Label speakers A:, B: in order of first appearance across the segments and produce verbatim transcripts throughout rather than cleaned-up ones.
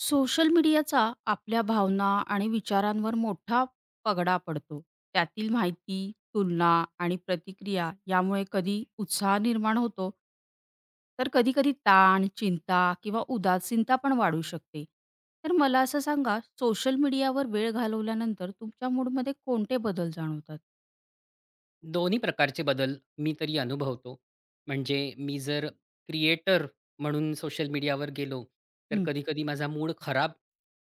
A: Social मीडियाचा आपल्या भावना आणि विचारांवर मोठा पगडा पडतो. त्यातील माहिती, तुलना आणि प्रतिक्रिया यामुळे कधी उत्साह निर्माण होतो, तर कधी-कधी ताण, चिंता किंवा उदासीनता पण वाढू शकते. तर मला असं सांगा, सोशल मीडियावर वेळ घालवल्यानंतर तुमच्या मूडमध्ये कोणते बदल जाणवतात?
B: दोन्ही प्रकारचे बदल मी तरी अनुभवतो. म्हणजे मी जर क्रिएटर म्हणून सोशल मीडियावर गेलो, तर
A: हं.
B: कधी-कधी माझा मूड खराब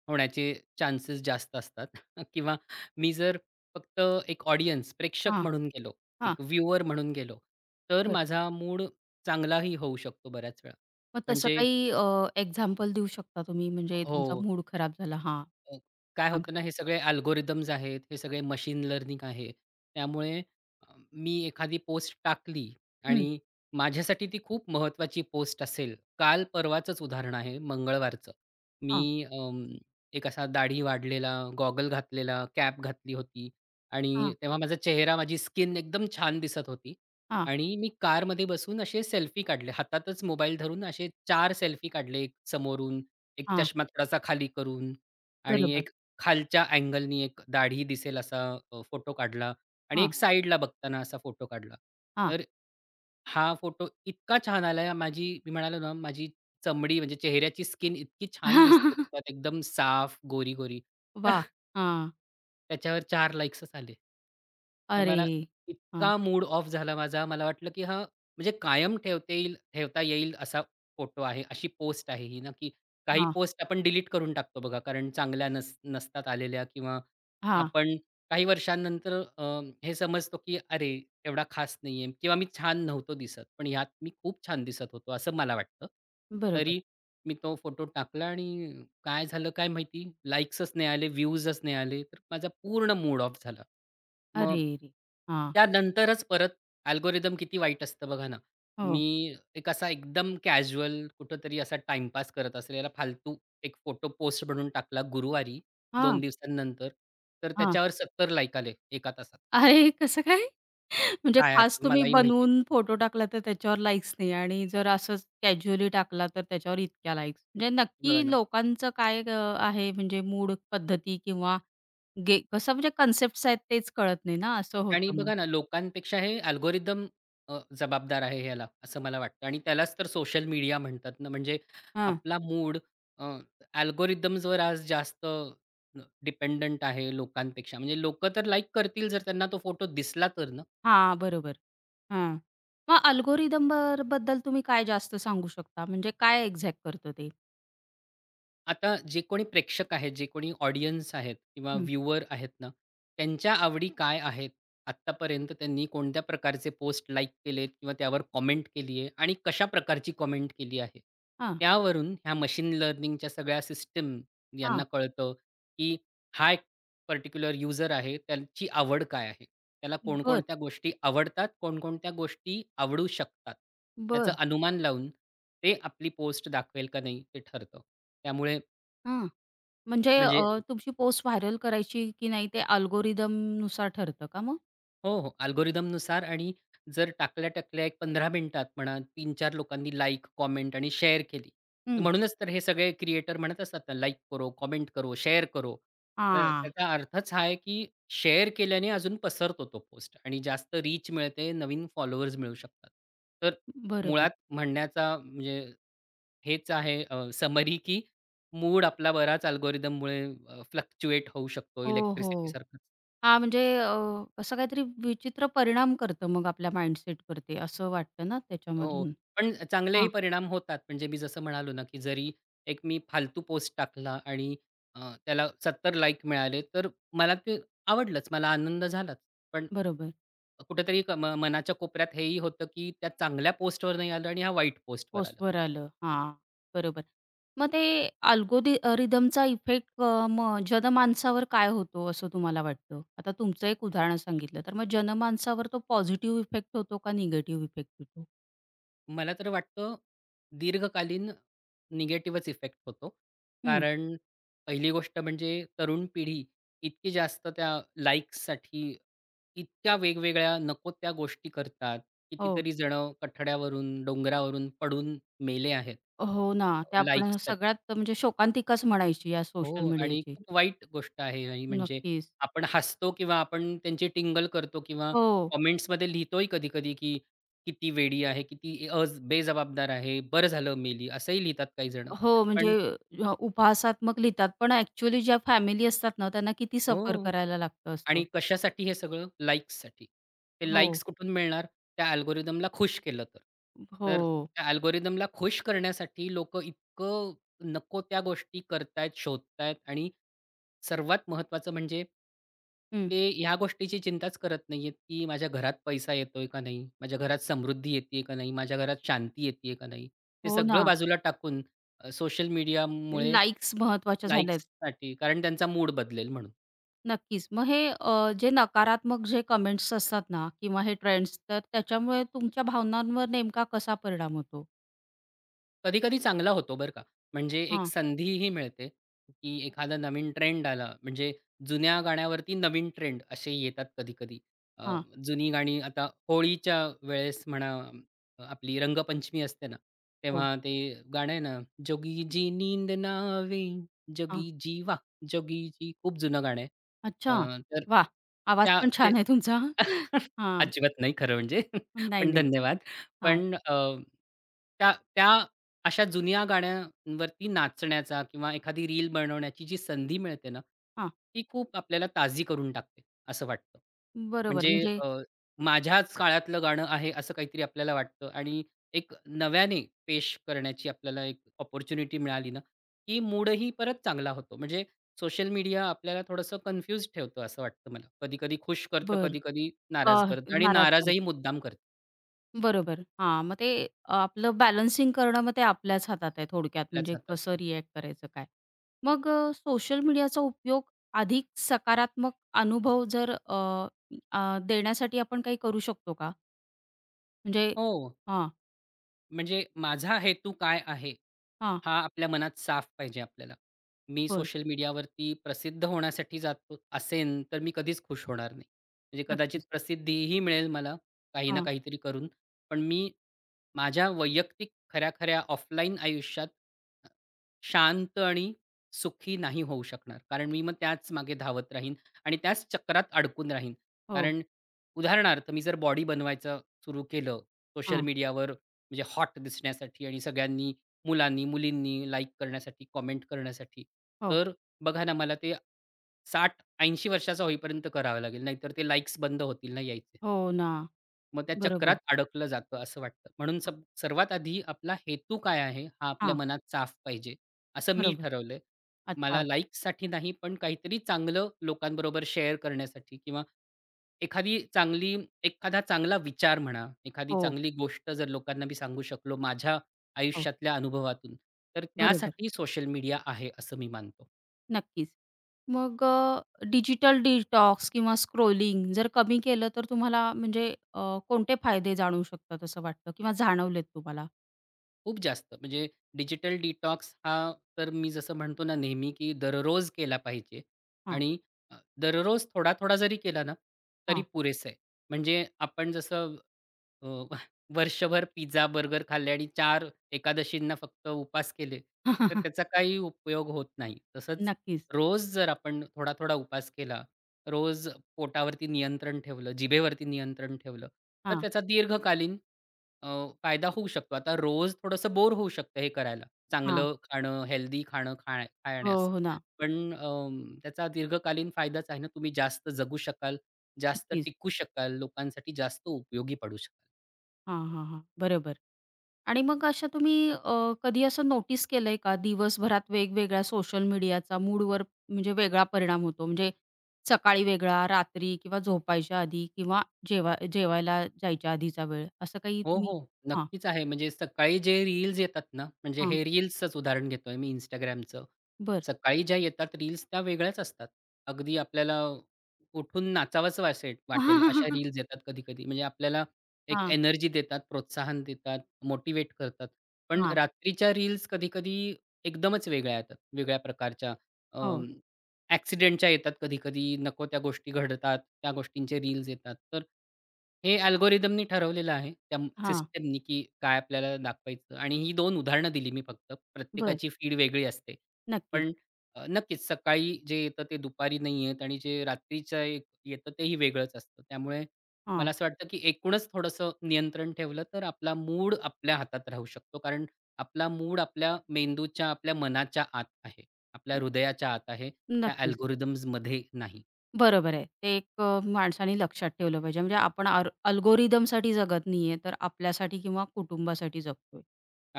B: होण्याचे चान्सेस जास्त असतात किंवा मी जर फक्त एक ऑडियन्स, प्रेक्षक
A: हां,
B: म्हणून गेलो,
A: हां.
B: एक व्ह्यूअर म्हणून गेलो, तर
A: बरं.
B: माझा मूड चांगलाही होऊ शकतो बऱ्याच वेळा.
A: मग तसं
B: म्हणजे
A: काही एक्झाम्पल देऊ शकता तुम्ही म्हणजे तुमचा
B: हो.
A: मूड खराब झाला? हां.
B: अ, काय
A: सांगा.
B: होतं ना, हे सगळे अल्गोरिदम्स आहेत, हे सगळे मशीन लर्निंग आहे. त्यामुळे अ, मी एखादी पोस्ट टाकली
A: हं.
B: आणि माझ्यासाठी ती खूप महत्त्वाची पोस्ट असेल. काल परवाचंच उदाहरण आहे, मंगळवारचं. मी
A: हां,
B: अं, एक असा दाढी वाढलेला, गॉगल घातलेला, कॅप घातली होती आणि
A: हां,
B: तेव्हा माझा चेहरा, माझी स्किन एकदम छान दिसत होती
A: हां.
B: आणि मी कारमध्ये बसून असे सेल्फी काढले. हातातच मोबाईल धरून असे चार सेल्फी काढले. एक समोरून, एक
A: हां,
B: चष्मा थोडासा खाली करून आणि
A: बरोबर.
B: एक खालच्या अँगलनी एक दाढी दिसेल असा अ, फोटो काढला आणि
A: हां,
B: एक साईडला बघताना असा फोटो काढला.
A: हां.
B: तर हा फोटो इतका छान आलाय माझी मी म्हणालो ना, माझी चमडी म्हणजे चेहऱ्याची स्किन इतकी छान दिसते त्यात एकदम साफ, गोरी-गोरी.
A: वाह! हां.
B: त्याच्यावर चार लाइक्सच आले. तर
A: अरे!
B: मला
A: हां,
B: इतका मूड ऑफ झाला माझा. मला वाटलं, की हा म्हणजे कायम ठेवता येईल ठेवता येईल असा फोटो आहे, अशी पोस्ट आहे ही ना, की काही
A: हां,
B: पोस्ट आपण डिलीट करून टाकतो बघा, कारण चांगल्या नस नसतात आलेल्या किंवा
A: हां.
B: आपण काही वर्षांनंतर अ, हे समजतो, की अरे एवढा खास नाहीये किंवा मी छान नव्हतो दिसत. पण ह्यात मी खूप छान दिसत होतो असं मला वाटतं.
A: बरोबर.
B: तरी मी तो फोटो टाकला आणि काय झालं काय माहिती? लाइक्सच नाही आले, व्ह्यूजच नाही आले. तर माझा पूर्ण मूड ऑफ झाला. मग
A: अरे रे! हां,
B: त्यानंतरच परत अल्गोरिदम किती वाईट असतं बघा ना.
A: हो.
B: मी एक असा एकदम कॅज्युअल कुठेतरी असा टाईमपास करत असलेला फालतू एक फोटो पोस्ट बनवून टाकला गुरुवारी दोन
A: हां,
B: दिवसांनंतर. तर
A: हां.
B: त्याच्यावर सत्तर लाइक आले एका तासात.
A: अरे! कसं काय? म्हणजे
B: काय
A: खास
B: आता
A: तुम्ही
B: मलाही माहिती नाही.
A: बनवून फोटो टाकला तर त्याच्यावर लाइक्स नाही आणि जर असंच कॅज्युअली टाकला तर त्याच्यावर इतक्या लाइक्स. म्हणजे
B: बघा
A: नक्की
B: ना.
A: लोकांचं काय अ, आहे म्हणजे मूड, पद्धती किंवा गे कसं म्हणजे कन्सेप्ट्स आहेत तेच कळत नाही ना, असं
B: आणि
A: होतं मग.
B: बघा ना, लोकांपेक्षा हे अल्गोरिदम अ, जबाबदार आहे ह्याला, असं मला वाटतं आणि त्यालाच तर सोशल मीडिया म्हणतात ना. म्हणजे
A: हां,
B: आपला मूड अ, अल्गोरिदम्सवर आज जास्त डिपेंडंट आहे लोकांपेक्षा. म्हणजे लोकं तर लाइक करतील जर त्यांना तो फोटो दिसला तर ना.
A: हां, बरोबर. हां. मग अल्गोरिदम बर बद्दल तुम्ही काय जास्त सांगू शकता? म्हणजे काय एक्झॅक्ट करतं ते?
B: आता जे कोणी प्रेक्षक आहेत, जे कोणी ऑडियन्स आहेत किंवा
A: हं.
B: व्ह्यूवर आहेत ना, त्यांच्या आवडी काय आहेत? आत्तापर्यंत त्यांनी कोणत्या प्रकारचे पोस्ट लाइक केलेत किंवा त्यावर कॉमेंट केली आहे आणि कशा प्रकारची कॉमेंट केली आहे?
A: हां,
B: त्यावरून ह्या मशीन लर्निंगच्या सगळ्या सिस्टम यांना
A: हां.
B: कळतं, की हा एक पर्टिक्युलर यूजर आहे, त्याची आवड काय आहे? त्याला
A: बरं,
B: कोणकोणत्या गोष्टी आवडतात, कोणकोणत्या गोष्टी आवडू शकतात. त्याचं
A: बरं.
B: अनुमान लावून ते आपली पोस्ट दाखवेल का नाही ते ठरतं. त्यामुळे
A: हां. म्हणजे
B: म्हणजे
A: अ, तुमची पोस्ट व्हायरल करायची की नाही ते अल्गोरिदमनुसार ठरतं का मग?
B: हो, हो. अल्गोरिथमनुसार आणि जर टाकल्या-टाकल्या एक पंधरा मिनिटात म्हणा तीन चार लोकांनी लाइक, कॉमेंट आणि शेअर केली. तर
A: हं.
B: म्हणूनच तर हे सगळे क्रिएटर म्हणत असतात ना, लाइक करो, कॉमेंट करो, शेअर करो. तर
A: हां,
B: त्याचा अर्थच हा आहे, की शेअर केल्याने अजून पसरतो तो पोस्ट आणि जास्त रीच मिळते, नवीन फॉलोअर्स मिळू शकतात. तर
A: बरोबर.
B: मुळात म्हणण्याचा म्हणजे हेच आहे समरी, की मूड आपला बराच अल्गोरिथममुळे फ्लक्च्युएट होऊ शकतो
A: हो, हो.
B: इलेक्ट्रिसिटीसारखंच.
A: हां, म्हणजे अ, असं काहीतरी विचित्र परिणाम करतं मग आपल्या माइंडसेटवर ते असं वाटतं ना
B: हो.
A: त्याच्यामधून?
B: पण चांगलेही
A: हां,
B: परिणाम होतात. म्हणजे मी जसं म्हणालो ना, की जरी एक मी फालतू पोस्ट टाकला आणि अ, त्याला सत्तर लाइक मिळाले, तर मला ते आवडलंच. मला आनंद झालाच. पण
A: बरोबर.
B: कुठेतरी क म मनाच्या कोपऱ्यात हेही होतं, की त्या चांगल्या पोस्टवर नाही आलं आणि ह्या वाईट पोस्टवर आलं.
A: पोस्टवर आलं. हां, बरोबर. मग ते अल्गोदि रिदमचा इफेक्ट अ, मग जनमानसावर काय होतो असं तुम्हाला वाटतं? आता तुमचं एक उदाहरण सांगितलं, तर मग जनमानसावर तो पॉझिटिव्ह इफेक्ट होतो का निगेटिव्ह इफेक्ट होतो?
B: मला तर वाटतं दीर्घकालीन निगेटिव्हच इफेक्ट होतो.
A: हं.
B: कारण पहिली गोष्ट म्हणजे तरुण पिढी इतकी जास्त त्या लाइक्ससाठी इतक्या वेगवेगळ्या नको त्या गोष्टी करतात.
A: हो.
B: कितीतरी जणं कठड्यावरून, डोंगरावरून पडून मेले आहेत.
A: हो ना. ते आपण
B: हो.
A: सगळ्यात म्हणजे शोकांतिकाच म्हणायची या सोशल
B: हो आणि
A: मीडियाची.
B: खूप वाईट गोष्ट आहे ही म्हणजे
A: नक्कीच.
B: आपण हसतो किंवा आपण त्यांची टिंगल करतो किंवा
A: हो.
B: कॉमेंट्समध्ये लिहितोही कधी-कधी, की किती वेडी आहे, किती अज बेजबाबदार आहे, बरं झालं मेली, असंही लिहितात काही जण.
A: हो, म्हणजे
B: पण
A: अ, उपहासात्मक लिहितात, पण ॲक्चुअली ज्या फॅमिली असतात ना, त्यांना किती सफर
B: हो.
A: करायला लागतं
B: आणि
A: असं.
B: कशासाठी हे सगळं? लाइक्ससाठी. ते
A: हो.
B: लाइक्स कुठून मिळणार? त्या अल्गोरिथमला खुश केलं तर.
A: हो.
B: तर त्या अल्गोरिथमला खुश करण्यासाठी लोकं इतकं नको त्या गोष्टी करतायत, शोधतायत आणि सर्वात महत्त्वाचं म्हणजे
A: हं.
B: ते ह्या गोष्टीची चिंताच करत नाहीयेत, की माझ्या घरात पैसा येतोय का नाही? माझ्या घरात समृद्धी येतेय का नाही? माझ्या घरात शांती येतेय का नाही? ते
A: हो
B: सगळं
A: ना.
B: बाजूला टाकून सोशल मीडियामुळे
A: लाइक्स महत्त्वाच्या झाल्यात.
B: लाइक्ससाठी कारण त्यांचा मूड बदलेल म्हणून.
A: नक्कीच. मग हे अ, जे नकारात्मक जे कमेंट्स असतात ना किंवा हे ट्रेंड्स, तर त्याच्यामुळे तुमच्या भावनांवर नेमका कसा परिणाम होतो?
B: कधी-कधी चांगला होतो बरं का. म्हणजे एक
A: हां,
B: संधीही मिळते, की एखादा नवीन ट्रेंड आला म्हणजे जुन्या गाण्यावरती नवीन ट्रेंड असे येतात कधी-कधी. अ,
A: हां.
B: जुनी गाणी आता होळीच्या वेळेस म्हणा अ, आपली रंगपंचमी असते ना,
A: हो.
B: तेव्हा ते गाणं आहे ना, जोगीजी नींद नावे,
A: हां.
B: जोगीजी वाह! जोगीजी खूप जुनं गाणं आहे. अ,
A: अच्छा.
B: तर
A: वाह! आवाज
B: त्या
A: पण
B: ते
A: छान आहे तुमचा. हां.
B: अजिबात नाही खरं म्हणजे
A: नाही,
B: पण
A: नाही.
B: धन्यवाद.
A: हां,
B: पण अ, त्या त्या अशा जुन्या गाण्यांवरती नाचण्याचा किंवा एखादी रील बनवण्याची जी संधी मिळते ना,
A: हां.
B: ती खूप आपल्याला ताजी करून टाकते, असं वाटतं.
A: बरोबर
B: म्हणजे
A: म्हणजे
B: अ, माझ्याच काळातलं गाणं आहे असं काहीतरी आपल्याला वाटतं आणि एक नव्याने पेश करण्याची आपल्याला एक अपॉर्च्युनिटी मिळाली ना, की मूडही परत चांगला होतो. म्हणजे सोशल मीडिया आपल्याला थोडंसं कन्फ्यूज ठेवतं असं वाटतं मला. कधी-कधी खुश करतं,
A: बरं.
B: कधी-कधी
A: अ,
B: नाराज करतं आणि
A: नाराज करतात.
B: नाराजही मुद्दाम करतं.
A: बरोबर. हां, मग ते अ, आपलं बॅलन्सिंग करणं मग ते आपल्याच हातात आहे थोडक्यात
B: आपल्याच
A: म्हणजे
B: हातात
A: कसं
B: आहे.
A: रिएक्ट करायचं काय. मग अ, सोशल मीडियाचा उपयोग अधिक सकारात्मक अनुभव जर अ, अ, देण्यासाठी आपण काही करू शकतो का? म्हणजे
B: हो,
A: हां,
B: म्हणजे माझा हेतू काय आहे
A: हां.
B: हा आपल्या मनात साफ पाहिजे आपल्याला. मी
A: होय,
B: सोशल मीडियावरती प्रसिद्ध होण्यासाठी जातो असेन, तर मी कधीच खुश होणार नाही. म्हणजे कदाचित
A: नक्कीच.
B: प्रसिद्धीही मिळेल मला काही ना
A: हां,
B: काहीतरी करून, पण मी माझ्या वैयक्तिक खऱ्या-खऱ्या ऑफलाईन आयुष्यात अ, शांत आणि सुखी नाही होऊ शकणार. कारण मी मग त्याच मागे धावत राहीन आणि त्याच चक्रात अडकून राहीन.
A: हो,
B: कारण उदाहरणार्थ मी जर बॉडी बनवायचं सुरू केलं सोशल
A: हां,
B: मीडियावर म्हणजे हॉट दिसण्यासाठी आणि सगळ्यांनी मुलांनी, मुलींनी लाइक करण्यासाठी, कमेंट करण्यासाठी,
A: हो,
B: तर बघा ना मला ते साठ ऐंशी वर्षाचा होईपर्यंत करावं लागेल. नाहीतर ते लाइक्स बंद होतील ना यायचे.
A: हो ना.
B: मग त्या चक्रात
A: बरोबर.
B: अडकलं जातं असं वाटतं. म्हणून सब सर्वात आधी आपला हेतू काय आहे, हा आपल्या
A: हां,
B: मनात साफ पाहिजे. असं मी
A: बरोबर.
B: ठरवलंय. मला
A: अच्छा.
B: लाइक्ससाठी नाही, पण काहीतरी चांगलं लोकांबरोबर शेअर करण्यासाठी किंवा एखादी चांगली एखादा चांगला विचार म्हणा, एखादी
A: हो,
B: चांगली गोष्ट जर लोकांना मी सांगू शकलो माझ्या
A: हो.
B: आयुष्यातल्या अनुभवातून, तर
A: बरोबर.
B: त्यासाठी सोशल मीडिया आहे असं मी मानतो.
A: नक्कीच. मग अ, डिजिटल डिटॉक्स किंवा स्क्रोलिंग जर कमी केलं तर तुम्हाला म्हणजे अ, कोणते फायदे जाणवू शकतात असं वाटतं किंवा जाणवलेत तुम्हाला?
B: खूप जास्त. म्हणजे डिजिटल डिटॉक्स हा तर मी जसं म्हणतो ना नेहमी, की दररोज केला पाहिजे
A: हां,
B: आणि अ, दररोज थोडा-थोडा जरी केला ना, तरी
A: हां.
B: पुरेसं आहे. म्हणजे आपण जसं अ, वर्षभर पिझ्झा, बर्गर खाल्ले आणि चार एकादशींना फक्त उपास केले, तर त्याचा काही उपयोग होत नाही. तसंच
A: नक्कीच.
B: रोज जर आपण थोडा-थोडा उपास केला, रोज पोटावरती नियंत्रण ठेवलं, जिभेवरती नियंत्रण ठेवलं, तर
A: हां,
B: त्याचा दीर्घकालीन अ, फायदा होऊ शकतो. आता रोज थोडंसं बोर होऊ शकतं हे करायला. चांगलं
A: हां.
B: खाणं, हेल्दी खाणं खाण्या
A: हो,
B: खाण्यास.
A: हो ना.
B: पण अं, त्याचा दीर्घकालीन फायदाच आहे ना, तुम्ही जास्त जगू शकाल, जास्त
A: नक्कीच.
B: टिकू शकाल, लोकांसाठी जास्त उपयोगी पडू शकाल.
A: हां, हां, हां. बरोबर. आणि मग अशा तुम्ही अ, कधी असं नोटीस केलंय का दिवसभरात वेगवेगळ्या सोशल मीडियाचा मूडवर म्हणजे वेगळा परिणाम होतो? म्हणजे सकाळी वेगळा, रात्री किंवा झोपायच्या आधी किंवा जेवा जेवायला जायच्या आधीचा वेळ असं काही
B: हो,
A: तुम्ही
B: हो.
A: हां,
B: नक्कीच आहे. म्हणजे सकाळी जे रील्स येतात ना, म्हणजे हे रील्सचंच उदाहरण घेतोय मी Instagramचं.
A: बर
B: सकाळी ज्या येतात रील्स त्या वेगळ्याच असतात. अगदी आपल्याला उठून नाचावंसं वासेल वाटेल अशा रील्स येतात कधी-कधी. म्हणजे आपल्याला एक
A: हां,
B: एनर्जी देतात, प्रोत्साहन देतात, मोटिव्हेट करतात. पण
A: हां.
B: रात्रीच्या रील्स कधी-कधी एकदमच वेगळ्या येतात, वेगळ्या प्रकारच्या.
A: हो.
B: ॲक्सिडेंटच्या येतात कधी-कधी, नको त्या गोष्टी घडतात, त्या गोष्टींचे रील्स येतात. तर हे अल्गोरिदमनी ठरवलेलं आहे, त्या
A: हां.
B: सिस्टमनी, की काय आपल्याला दाखवायचं आणि ही दोन उदाहरणं दिली मी फक्त.
A: बरं.
B: प्रत्येकाची फीड वेगळी असते.
A: नक्कीच.
B: पण अ, नक्कीच सकाळी जे येतं ते दुपारी नाही येत आणि जे रात्रीचं एक येतं तेही वेगळंच असतं. त्यामुळे
A: हां.
B: मला असं वाटतं, की एकूणच थोडंसं नियंत्रण ठेवलं तर आपला मूड आपल्या हातात राहू शकतो. कारण आपला मूड आपल्या मेंदूच्या, आपल्या मनाच्या आत आहे. आपल्या हृदयाच्या आत आहे. त्या
A: नक्कीच.
B: अल्गोरिथम्समध्ये नाही.
A: बरोबर आहे. ते एक अ, माणसाने लक्षात ठेवलं पाहिजे. म्हणजे आपण अल्गोरिदमसाठी जगत नाहीये, तर आपल्यासाठी किंवा कुटुंबासाठी जगतोय.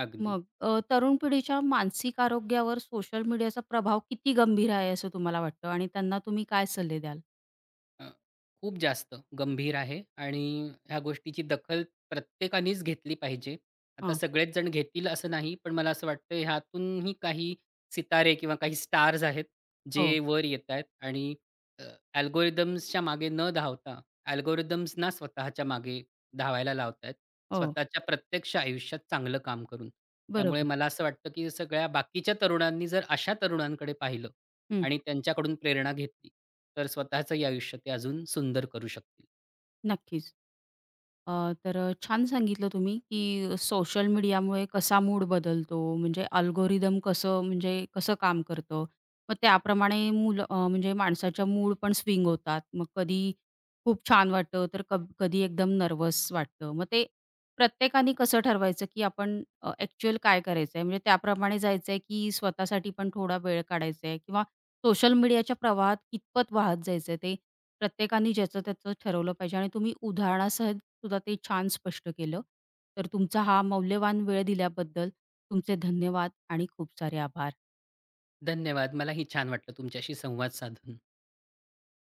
B: अगदी.
A: मग अ, तरुण पिढीच्या मानसिक आरोग्यावर सोशल मीडियाचा प्रभाव किती गंभीर आहे असं तुम्हाला वाटतं आणि त्यांना तुम्ही काय सल्ले द्याल?
B: अ, खूप जास्त गंभीर आहे आणि ह्या गोष्टीची दखल प्रत्येकानेच घेतली पाहिजे. आता
A: हां.
B: सगळेच जण घेतील असं नाही, पण मला असं वाटतं ह्यातूनही काही सितारे किंवा काही स्टार्स आहेत,
A: हो,
B: जे वर येतायत आणि अ, अल्गोरिथम्सच्या मागे न धावता अल्गोरिथम्सना स्वतःच्या मागे धावायला लावतायत.
A: हो.
B: स्वतःच्या प्रत्यक्ष आयुष्यात चांगलं काम करून. त्यामुळे
A: बरोबर.
B: मला असं वाटतं, की सगळ्या बाकीच्या तरुणांनी जर अशा तरुणांकडे पाहिलं, आणि त्यांच्याकडून प्रेरणा घेतली, तर स्वतःचंही आयुष्य ते अजून सुंदर करू शकतील.
A: नक्कीच. अ, तर अ, छान सांगितलं तुम्ही, की सोशल मीडियामुळे कसा मूड बदलतो, म्हणजे अल्गोरिदम कसं म्हणजे कसं काम करतं. मग त्याप्रमाणे मुलं अ, म्हणजे माणसाच्या मूड पण स्विंग होतात. मग कधी खूप छान वाटतं, तर कभ कधी एकदम नर्वस वाटतं. मग ते प्रत्येकाने कसं ठरवायचं, की आपण अ, ॲक्चुअल काय करायचंय? म्हणजे त्याप्रमाणे जायचंय, की स्वतःसाठी पण थोडा वेळ काढायचाय किंवा सोशल मीडियाच्या प्रवाहात कितपत वाहत जायचंय ते प्रत्येकाने ज्याचं त्याचं ठरवलं पाहिजे आणि तुम्ही उदाहरणासह सुद्धा ते छान स्पष्ट केलं. तर तुमचा हा मौल्यवान वेळ दिल्याबद्दल तुमचे धन्यवाद आणि खूप सारे आभार.
B: धन्यवाद. मलाही छान वाटलं तुमच्याशी संवाद साधून.